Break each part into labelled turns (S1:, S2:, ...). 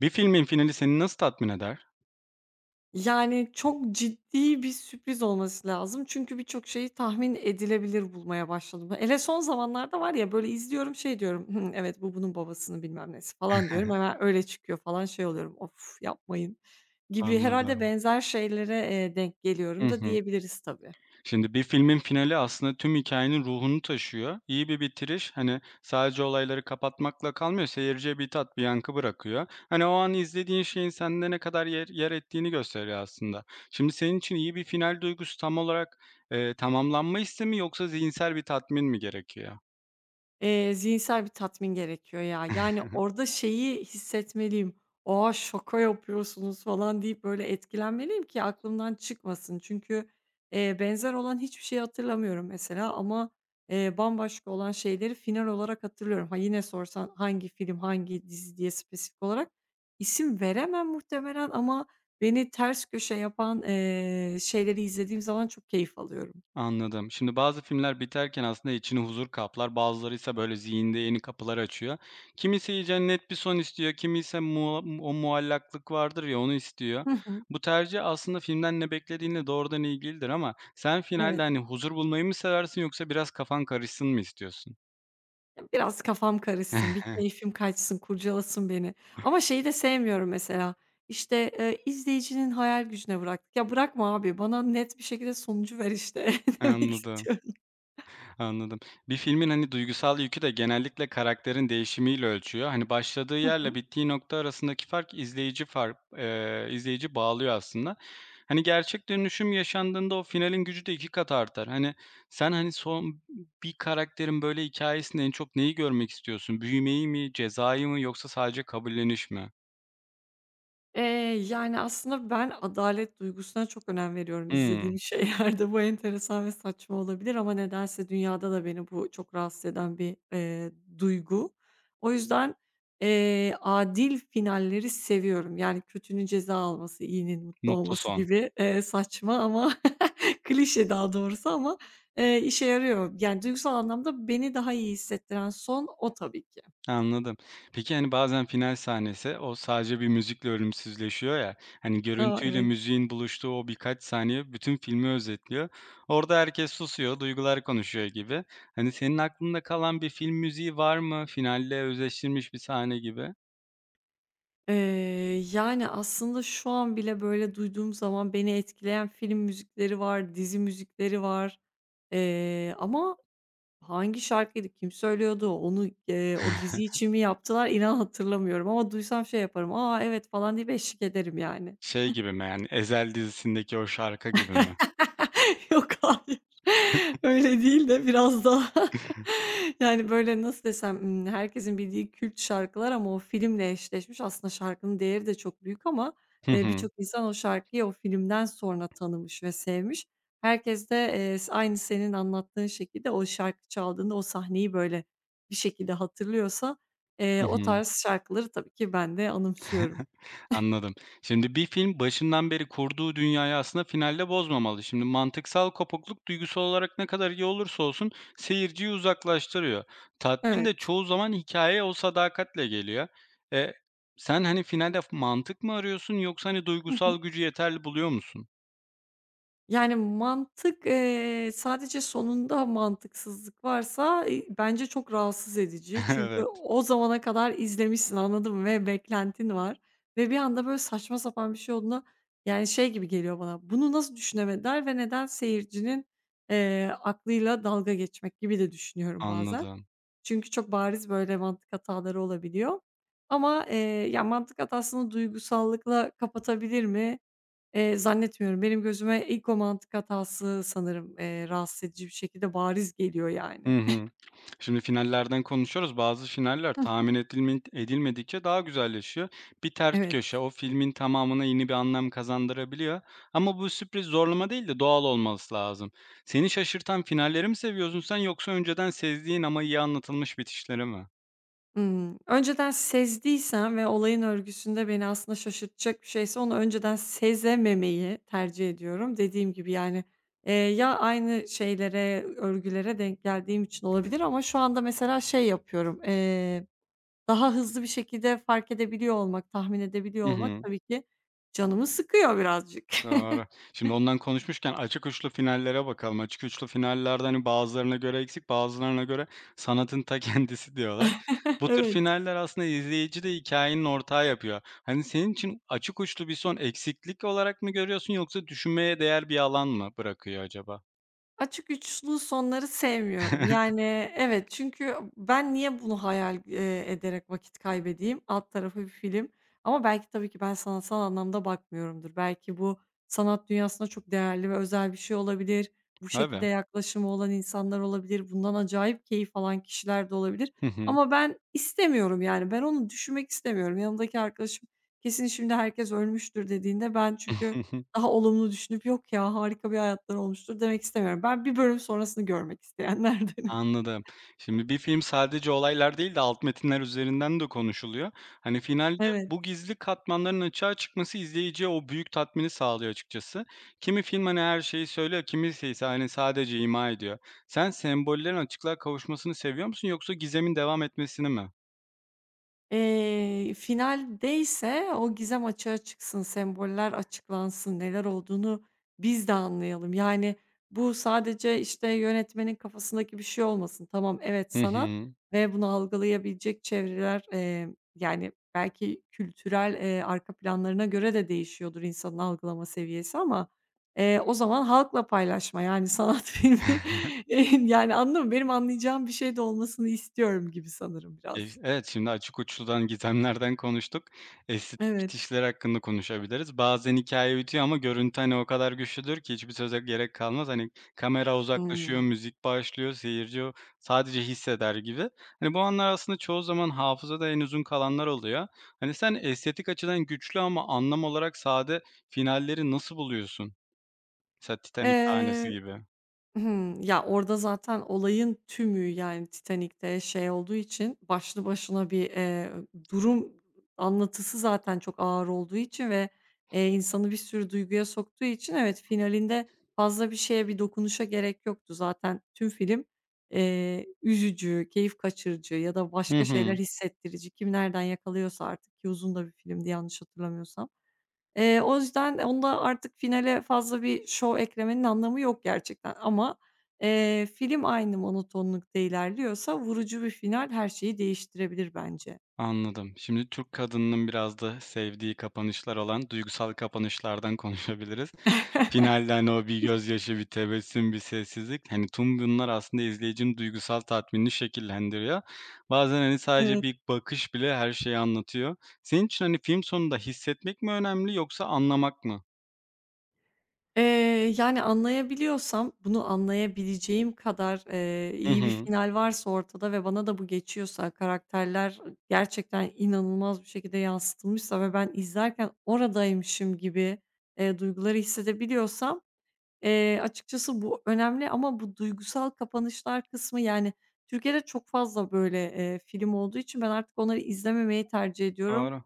S1: Bir filmin finali seni nasıl tatmin eder?
S2: Yani, çok ciddi bir sürpriz olması lazım çünkü birçok şeyi tahmin edilebilir bulmaya başladım. Hele son zamanlarda var ya, böyle, izliyorum, şey diyorum, "Hımm, evet, bu bunun babasının bilmem nesi." falan diyorum. Hemen öyle çıkıyor falan, şey oluyorum, "Of, yapmayın." gibi herhalde
S1: Anladım.
S2: benzer şeylere, denk
S1: Hı
S2: geliyorum da
S1: hı.
S2: diyebiliriz tabii.
S1: Şimdi bir filmin finali aslında tüm hikayenin ruhunu taşıyor. İyi bir bitiriş, hani, sadece olayları kapatmakla kalmıyor, seyirciye bir tat, bir yankı bırakıyor. Hani, o an izlediğin şeyin sende ne kadar yer ettiğini gösteriyor aslında. Şimdi senin için iyi bir final duygusu tam olarak, tamamlanma hissi mi yoksa zihinsel bir tatmin mi gerekiyor?
S2: Zihinsel bir tatmin gerekiyor ya. Yani, orada şeyi hissetmeliyim, "A, şaka yapıyorsunuz." falan deyip, böyle, etkilenmeliyim ki aklımdan çıkmasın. Çünkü benzer olan hiçbir şeyi hatırlamıyorum mesela ama, bambaşka olan şeyleri final olarak hatırlıyorum. Ha, yine sorsan hangi film, hangi dizi diye spesifik olarak isim veremem muhtemelen ama beni ters köşe yapan, şeyleri izlediğim zaman çok keyif alıyorum.
S1: Anladım. Şimdi bazı filmler biterken aslında içini huzur kaplar, bazıları ise böyle zihinde yeni kapılar açıyor. Kimisi iyice net bir son istiyor, kimisi o muallaklık vardır ya onu istiyor.
S2: Hı hı.
S1: Bu tercih aslında filmden ne beklediğinle doğrudan ilgilidir ama sen finalde
S2: Evet.
S1: hani huzur bulmayı mı seversin yoksa biraz kafan karışsın mı istiyorsun?
S2: Biraz kafam karışsın, bir keyfim kaçsın, kurcalasın beni. Ama şeyi de sevmiyorum mesela, işte, izleyicinin hayal gücüne bıraktık. Ya, bırakma abi, bana net bir şekilde sonucu ver işte demek
S1: Anladım.
S2: istiyorum.
S1: Anladım. Bir filmin, hani, duygusal yükü de genellikle karakterin değişimiyle ölçüyor. Hani, başladığı yerle bittiği nokta arasındaki fark izleyici fark izleyici bağlıyor aslında. Hani, gerçek dönüşüm yaşandığında o finalin gücü de 2 kat artar. Hani, sen, hani, son bir karakterin, böyle, hikayesinde en çok neyi görmek istiyorsun? Büyümeyi mi, cezayı mı yoksa sadece kabulleniş mi?
S2: Eee, Yani, aslında ben adalet duygusuna çok önem veriyorum.
S1: Hımm,
S2: İzlediğim şeylerde bu enteresan ve saçma olabilir ama nedense dünyada da beni bu çok rahatsız eden bir, duygu. O yüzden, adil finalleri seviyorum. Yani, kötünün ceza alması, iyinin mutlu
S1: mutlu
S2: olması
S1: son.
S2: gibi, saçma ama klişe daha doğrusu ama, işe yarıyor. Yani, duygusal anlamda beni daha iyi hissettiren son o tabii ki.
S1: Anladım. Peki, hani, bazen final sahnesi o sadece bir müzikle ölümsüzleşiyor ya, hani,
S2: A,
S1: görüntüyle
S2: evet.
S1: müziğin buluştuğu o birkaç saniye bütün filmi özetliyor. Orada herkes susuyor, duygular konuşuyor gibi. Hani, senin aklında kalan bir film müziği var mı? Finalle özdeşleşmiş bir sahne gibi.
S2: Yani, aslında şu an bile, böyle, duyduğum zaman beni etkileyen film müzikleri var, dizi müzikleri var. Ama hangi şarkıydı, kim söylüyordu, onu, o dizi için mi yaptılar, inan hatırlamıyorum ama duysam şey yaparım, "A, evet." falan diye eşlik ederim yani.
S1: Şey gibi mi, yani, Ezel dizisindeki o şarkı gibi mi?
S2: Yok, hayır. Öyle değil de biraz daha yani, böyle, nasıl desem, herkesin bildiği kült şarkılar ama o filmle eşleşmiş. Aslında şarkının değeri de çok büyük ama,
S1: Hı hı.
S2: birçok insan o şarkıyı o filmden sonra tanımış ve sevmiş. Herkes de, s aynı senin anlattığın şekilde o şarkı çaldığında o sahneyi, böyle, bir şekilde hatırlıyorsa,
S1: Hı
S2: o
S1: hı.
S2: tarz şarkıları tabii ki ben de anımsıyorum.
S1: Anladım. Şimdi bir film başından beri kurduğu dünyayı aslında finalde bozmamalı. Şimdi mantıksal kopukluk duygusal olarak ne kadar iyi olursa olsun seyirciyi uzaklaştırıyor. Tatmin de
S2: Evet.
S1: çoğu zaman hikayeye o sadakatle geliyor. E, Sen hani finalde mantık mı arıyorsun yoksa hani
S2: Hı hı.
S1: duygusal gücü yeterli buluyor musun?
S2: Yani, mantık, sadece sonunda mantıksızlık varsa, bence çok rahatsız edici. Çünkü
S1: Evet,
S2: o zamana kadar izlemişsin, anladın mı? Ve beklentin var ve bir anda, böyle, saçma sapan bir şey olduğunda, yani, şey gibi geliyor bana, bunu nasıl düşünemediler ve neden seyircinin, aklıyla dalga geçmek gibi de düşünüyorum bazen.
S1: anladım.
S2: Çünkü çok bariz böyle mantık hataları olabiliyor. Ama ya, mantık hatasını duygusallıkla kapatabilir mi? Zannetmiyorum. Benim gözüme ilk o mantık hatası sanırım, rahatsız edici bir şekilde bariz geliyor yani.
S1: Hı hı. Şimdi finallerden konuşuyoruz. Bazı finaller
S2: Hı hı.
S1: tahmin edilmedikçe daha güzelleşiyor. Bir ters
S2: Evet.
S1: köşe o filmin tamamına yeni bir anlam kazandırabiliyor. Ama bu sürpriz zorlama değil de doğal olması lazım. Seni şaşırtan finalleri mi seviyorsun sen yoksa önceden sezdiğin ama iyi anlatılmış bitişleri mi?
S2: Önceden sezdiysem ve olayın örgüsünde beni aslında şaşırtacak bir şeyse onu önceden sezememeyi tercih ediyorum. Dediğim gibi, yani, ya aynı şeylere, örgülere denk geldiğim için olabilir ama şu anda mesela şey yapıyorum, daha hızlı bir şekilde fark edebiliyor olmak, tahmin edebiliyor
S1: Hı
S2: olmak
S1: hı.
S2: tabii ki canımı sıkıyor birazcık.
S1: Doğru. Şimdi ondan konuşmuşken açık uçlu finallere bakalım. Açık uçlu finallerde, hani, bazılarına göre eksik, bazılarına göre sanatın ta kendisi diyorlar. Bu tür
S2: Evet.
S1: finaller aslında izleyici de hikayenin ortağı yapıyor. Hani, senin için açık uçlu bir son eksiklik olarak mı görüyorsun yoksa düşünmeye değer bir alan mı bırakıyor acaba?
S2: Açık uçlu sonları sevmiyorum. Yani, evet, çünkü ben niye bunu hayal ederek vakit kaybedeyim? Alt tarafı bir film ama belki tabii ki ben sanatsal anlamda bakmıyorumdur. Belki bu sanat dünyasına çok değerli ve özel bir şey olabilir. Bu şekilde
S1: Tabii.
S2: yaklaşımı olan insanlar olabilir. Bundan acayip keyif alan kişiler de olabilir
S1: Hı hı.
S2: ama ben istemiyorum, yani, ben onu düşünmek istemiyorum. Yanımdaki arkadaşım kesin şimdi herkes ölmüştür dediğinde ben çünkü daha olumlu düşünüp "Yok ya, harika bir hayatları olmuştur." demek istemiyorum. Ben bir bölüm sonrasını görmek isteyenlerdenim.
S1: Anladım. Şimdi bir film sadece olaylar değil de alt metinler üzerinden de konuşuluyor. Hani finalde
S2: Evet.
S1: bu gizli katmanların açığa çıkması izleyiciye o büyük tatmini sağlıyor açıkçası. Kimi film hani her şeyi söylüyor, kimisi ise hani sadece ima ediyor. Sen sembollerin açıklığa kavuşmasını seviyor musun yoksa gizemin devam etmesini mi?
S2: Finaldeyse o gizem açığa çıksın, semboller açıklansın, neler olduğunu biz de anlayalım. Yani, bu sadece, işte, yönetmenin kafasındaki bir şey olmasın. Tamam, evet,
S1: Hı
S2: sanat
S1: hı.
S2: ve bunu algılayabilecek çevreler, yani, belki kültürel, arka planlarına göre de değişiyordur insanın algılama seviyesi ama, o zaman halkla paylaşma, yani, sanat filmi, yani, anladın mı? Benim anlayacağım bir şey de olmasını istiyorum gibi sanırım
S1: E
S2: biraz.
S1: evet, şimdi açık uçludan, gizemlerden konuştuk. Estetik
S2: Evet.
S1: bitişler hakkında konuşabiliriz. Bazen hikaye bitiyor ama görüntü, hani, o kadar güçlüdür ki hiçbir söze gerek kalmaz. Hani, kamera uzaklaşıyor,
S2: Hımm.
S1: müzik başlıyor, seyirci o sadece hisseder gibi. Hani, bu anlar aslında çoğu zaman hafızada en uzun kalanlar oluyor. Hani, sen estetik açıdan güçlü ama anlam olarak sade finalleri nasıl buluyorsun? Mesela Titanic sahnesi
S2: Eee,
S1: gibi.
S2: Hımm. Ya, orada zaten olayın tümü, yani, Titanik'te şey olduğu için başlı başına bir, durum anlatısı zaten çok ağır olduğu için ve, insanı bir sürü duyguya soktuğu için evet, finalinde fazla bir şeye, bir dokunuşa gerek yoktu. Zaten tüm film, üzücü, keyif kaçırıcı ya da
S1: Hı
S2: başka şeyler
S1: hı.
S2: hissettirici. Kim nereden yakalıyorsa artık ki uzun da bir filmdi yanlış hatırlamıyorsam. O yüzden onda artık finale fazla bir şov eklemenin anlamı yok gerçekten ama, film aynı monotonlukta ilerliyorsa vurucu bir final her şeyi değiştirebilir bence.
S1: Anladım. Şimdi Türk kadınının biraz da sevdiği kapanışlar olan duygusal kapanışlardan konuşabiliriz. Finalde, hani, o bir gözyaşı, bir tebessüm, bir sessizlik, hani, tüm bunlar aslında izleyicinin duygusal tatminini şekillendiriyor. Bazen, hani, sadece
S2: Evet.
S1: bir bakış bile her şeyi anlatıyor. Senin için, hani, film sonunda hissetmek mi önemli yoksa anlamak mı?
S2: Yani, anlayabiliyorsam bunu anlayabileceğim kadar,
S1: Hı
S2: iyi bir
S1: hı.
S2: final varsa ortada ve bana da bu geçiyorsa, karakterler gerçekten inanılmaz bir şekilde yansıtılmışsa ve ben izlerken oradaymışım gibi, duyguları hissedebiliyorsam açıkçası bu önemli ama bu duygusal kapanışlar kısmı, yani, Türkiye'de çok fazla böyle, film olduğu için ben artık onları izlememeyi tercih ediyorum.
S1: Doğru.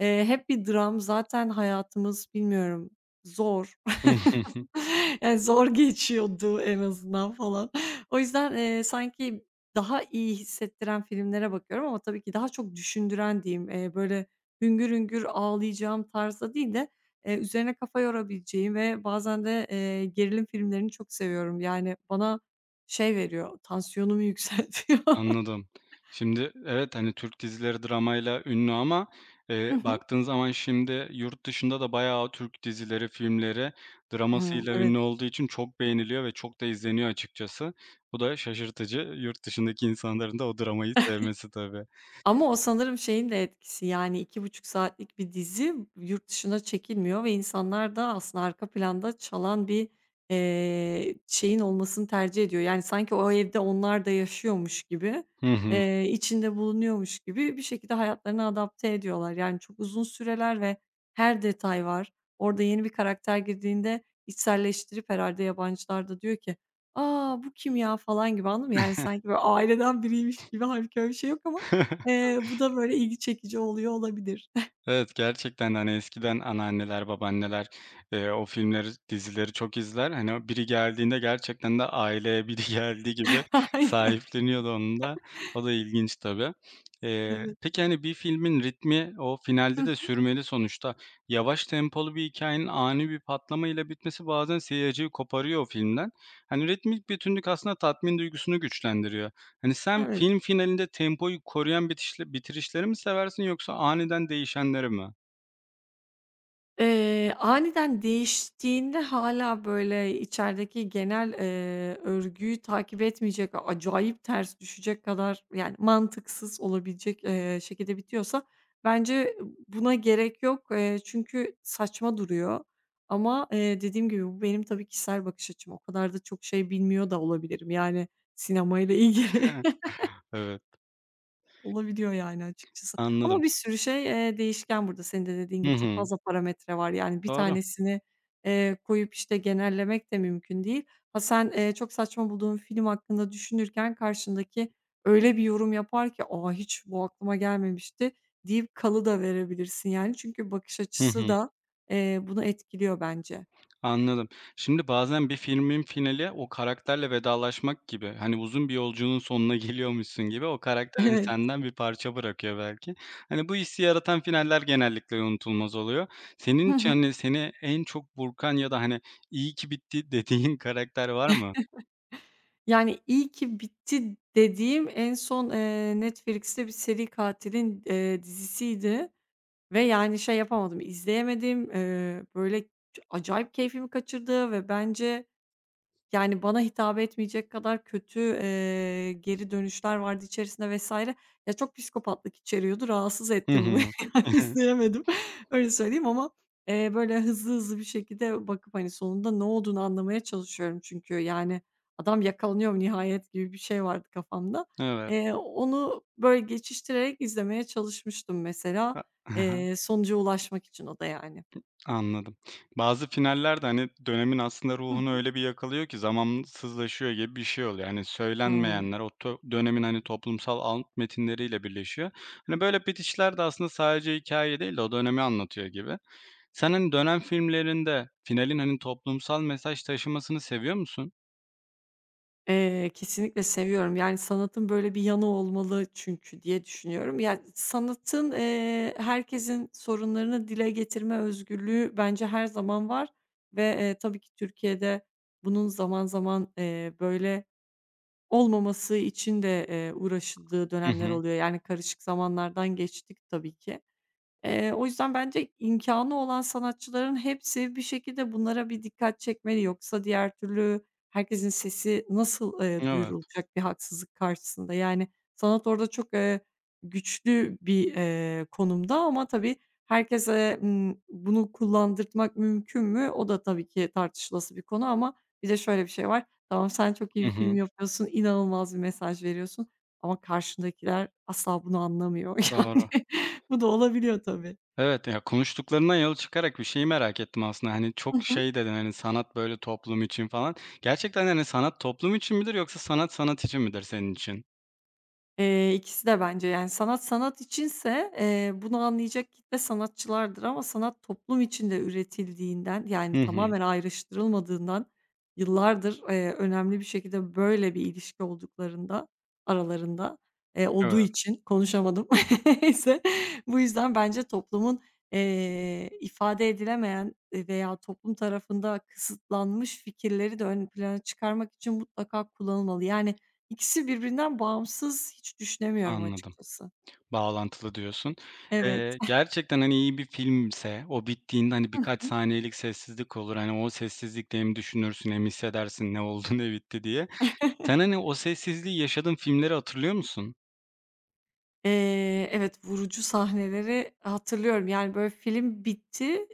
S2: Hep bir dram zaten hayatımız, bilmiyorum, zor. Yani, zor geçiyordu en azından falan. O yüzden, sanki daha iyi hissettiren filmlere bakıyorum ama tabii ki daha çok düşündüren diyeyim, böyle hüngür hüngür ağlayacağım tarzda değil de, üzerine kafa yorabileceğim ve bazen de, gerilim filmlerini çok seviyorum. Yani, bana şey veriyor, tansiyonumu yükseltiyor.
S1: Anladım. Şimdi evet, hani, Türk dizileri dramayla ünlü ama,
S2: Hı
S1: eee,
S2: hı.
S1: baktığın zaman şimdi yurt dışında da bayağı Türk dizileri, filmleri
S2: Hımm,
S1: dramasıyla
S2: evet.
S1: ünlü olduğu için çok beğeniliyor ve çok da izleniyor açıkçası. Bu da şaşırtıcı. Yurt dışındaki insanların da o dramayı sevmesi tabii.
S2: Ama o sanırım şeyin de etkisi, yani iki buçuk saatlik bir dizi yurt dışına çekilmiyor ve insanlar da aslında arka planda çalan bir, şeyin olmasını tercih ediyor. Yani sanki o evde onlar da yaşıyormuş gibi,
S1: Hı hı.
S2: içinde bulunuyormuş gibi bir şekilde hayatlarını adapte ediyorlar. Yani çok uzun süreler ve her detay var. Orada yeni bir karakter girdiğinde içselleştirip herhalde yabancılar da diyor ki, aa bu kim ya?" falan gibi, anladın mı? Yani sanki böyle aileden biriymiş gibi hâlbuki öyle bir şey yok ama Bu da böyle ilgi çekici oluyor olabilir.
S1: Evet, gerçekten, hani, eskiden anneanneler, babaanneler, o filmleri, dizileri çok izler. Hani, o biri geldiğinde gerçekten de aileye biri geldiği gibi
S2: Aynen,
S1: sahipleniyordu onun da. O da ilginç tabii.
S2: evet.
S1: Peki, hani, bir filmin ritmi o finalde
S2: Hıh.
S1: de sürmeli sonuçta. Yavaş tempolu bir hikayenin ani bir patlamayla bitmesi bazen seyirciyi koparıyor o filmden. Hani, ritmik bütünlük aslında tatmin duygusunu güçlendiriyor. Hani, sen
S2: Evet.
S1: film finalinde tempoyu koruyan bitişle bitirişleri mi seversin yoksa aniden değişenleri mi?
S2: Aniden değiştiğinde hala böyle, içerideki genel, örgüyü takip etmeyecek, acayip ters düşecek kadar, yani, mantıksız olabilecek, şekilde bitiyorsa bence buna gerek yok. Çünkü saçma duruyor ama, dediğim gibi bu benim tabii kişisel bakış açım. O kadar da çok şey bilmiyor da olabilirim, yani, sinemayla ilgili.
S1: Evet,
S2: Olabiliyor yani açıkçası. Ama
S1: anladım.
S2: bir sürü şey, değişken burada. Senin de dediğin
S1: Hı
S2: gibi çok
S1: hı.
S2: fazla parametre var. Yani bir
S1: Doğru.
S2: tanesini, koyup, işte, genellemek de mümkün değil. Ha, sen, çok saçma bulduğun film hakkında düşünürken karşındaki öyle bir yorum yapar ki, "A, hiç bu aklıma gelmemişti." deyip kalı da verebilirsin yani. Çünkü bakış
S1: Hı
S2: açısı
S1: hı.
S2: da, bunu etkiliyor bence.
S1: Anladım. Şimdi bazen bir filmin finali o karakterle vedalaşmak gibi, hani, uzun bir yolculuğun sonuna geliyormuşsun gibi o karakter, hani,
S2: Evet.
S1: senden bir parça bırakıyor belki. Hani, bu hissi yaratan finaller genellikle unutulmaz oluyor.
S2: Hı
S1: Senin için,
S2: hı.
S1: hani, seni en çok burkan ya da, hani, iyi ki bitti dediğin karakter var mı?
S2: Yani iyi ki bitti dediğim en son, Netflix'te bir seri katilin, dizisiydi. Ve, yani, şey yapamadım, izleyemedim. Böyle, acayip keyfimi kaçırdı ve bence, yani, bana hitap etmeyecek kadar kötü, geri dönüşler vardı içerisinde vesaire. Ya, çok psikopatlık içeriyordu, rahatsız
S1: Hı
S2: etti bu beni.
S1: hı.
S2: Yani, izleyemedim, öyle söyleyeyim ama, böyle hızlı hızlı bir şekilde bakıp, hani, sonunda ne olduğunu anlamaya çalışıyorum çünkü. Yani, "Adam yakalanıyor mu nihayet?" gibi bir şey vardı kafamda.
S1: Evet.
S2: Onu böyle geçiştirerek izlemeye çalışmıştım mesela, sonuca ulaşmak için o da yani.
S1: Anladım. Bazı finaller de, hani, dönemin aslında
S2: Hı
S1: ruhunu
S2: hı.
S1: öyle bir yakalıyor ki zamansızlaşıyor gibi bir şey oluyor. Hani,
S2: Hıı.
S1: söylenmeyenler o dönemin, hani, toplumsal alt metinleriyle birleşiyor. Hani, böyle bitişler de aslında sadece hikaye değil de o dönemi anlatıyor gibi. Sen, hani, dönem filmlerinde finalin, hani, toplumsal mesaj taşımasını seviyor musun?
S2: Kesinlikle seviyorum. Yani, sanatın böyle bir yanı olmalı çünkü diye düşünüyorum. Yani sanatın, herkesin sorunlarını dile getirme özgürlüğü bence her zaman var ve, tabii ki Türkiye'de bunun zaman zaman, böyle olmaması için de, uğraşıldığı
S1: Hı
S2: dönemler
S1: hı.
S2: oluyor. Yani, karışık zamanlardan geçtik tabii ki. O yüzden bence imkânı olan sanatçıların hepsi bir şekilde bunlara bir dikkat çekmeli. Yoksa diğer türlü herkesin sesi nasıl,
S1: Evet.
S2: duyurulacak bir haksızlık karşısında? Yani, sanat orada çok, güçlü bir, konumda ama tabii herkese, bunu kullandırtmak mümkün mü? O da tabii ki tartışılası bir konu ama bir de şöyle bir şey var. Tamam, sen çok iyi
S1: Hı
S2: bir film
S1: hı.
S2: yapıyorsun, inanılmaz bir mesaj veriyorsun ama karşındakiler asla bunu anlamıyor yani.
S1: Doğru.
S2: Bu da olabiliyor tabii.
S1: Evet, ya, konuştuklarından yola çıkarak bir şeyi merak ettim aslında. Hani,
S2: Hı
S1: çok
S2: hı.
S1: şey dedin, hani, sanat, böyle, toplum için falan. Gerçekten, hani, sanat toplum için midir yoksa sanat, sanat için midir senin için?
S2: İkisi de bence, yani, sanat sanat içinse, bunu anlayacak kitle sanatçılardır ama sanat toplum içinde üretildiğinden, yani,
S1: Hı hı.
S2: tamamen ayrıştırılmadığından yıllardır, önemli bir şekilde böyle bir ilişki olduklarında aralarında, olduğu
S1: Evet,
S2: için konuşamadım. Neyse, bu yüzden bence toplumun, ifade edilemeyen, veya toplum tarafında kısıtlanmış fikirleri de ön plana çıkarmak için mutlaka kullanılmalı. Yani İkisi birbirinden bağımsız hiç düşünemiyorum
S1: anladım.
S2: açıkçası.
S1: Bağlantılı diyorsun.
S2: Evet.
S1: Gerçekten, hani, iyi bir filmse o bittiğinde, hani,
S2: Hı
S1: birkaç
S2: hı.
S1: saniyelik sessizlik olur. Hani, o sessizlikte hem düşünürsün hem hissedersin ne oldu ne bitti diye. Sen, hani, o sessizliği yaşadığın filmleri hatırlıyor musun?
S2: Evet, vurucu sahneleri hatırlıyorum. Yani, böyle, film bitti,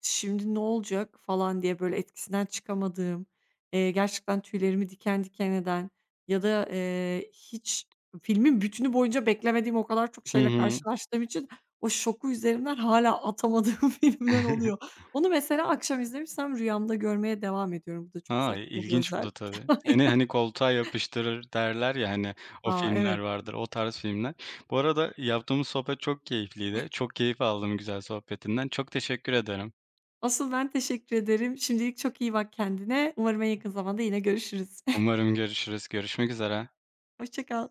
S2: şimdi ne olacak falan diye, böyle, etkisinden çıkamadığım, gerçekten tüylerimi diken diken eden ya da, hiç filmin bütünü boyunca beklemediğim o kadar çok
S1: Hı
S2: şeyle
S1: hı.
S2: karşılaştığım için o şoku üzerimden hala atamadığım filmler oluyor. Onu mesela akşam izlemişsem rüyamda görmeye devam ediyorum. Bu da çok
S1: Ha,
S2: saçma bir
S1: ilginç bu
S2: özellik.
S1: da tabii. Seni, hani, koltuğa yapıştırır derler ya, hani, o
S2: A,
S1: filmler
S2: evet.
S1: vardır, o tarz filmler. Bu arada yaptığımız sohbet çok keyifliydi. Çok keyif aldım güzel sohbetinden. Çok teşekkür ederim.
S2: Asıl ben teşekkür ederim. Şimdilik çok iyi bak kendine. Umarım en yakın zamanda yine görüşürüz.
S1: Umarım görüşürüz. Görüşmek üzere.
S2: Hoşça kal.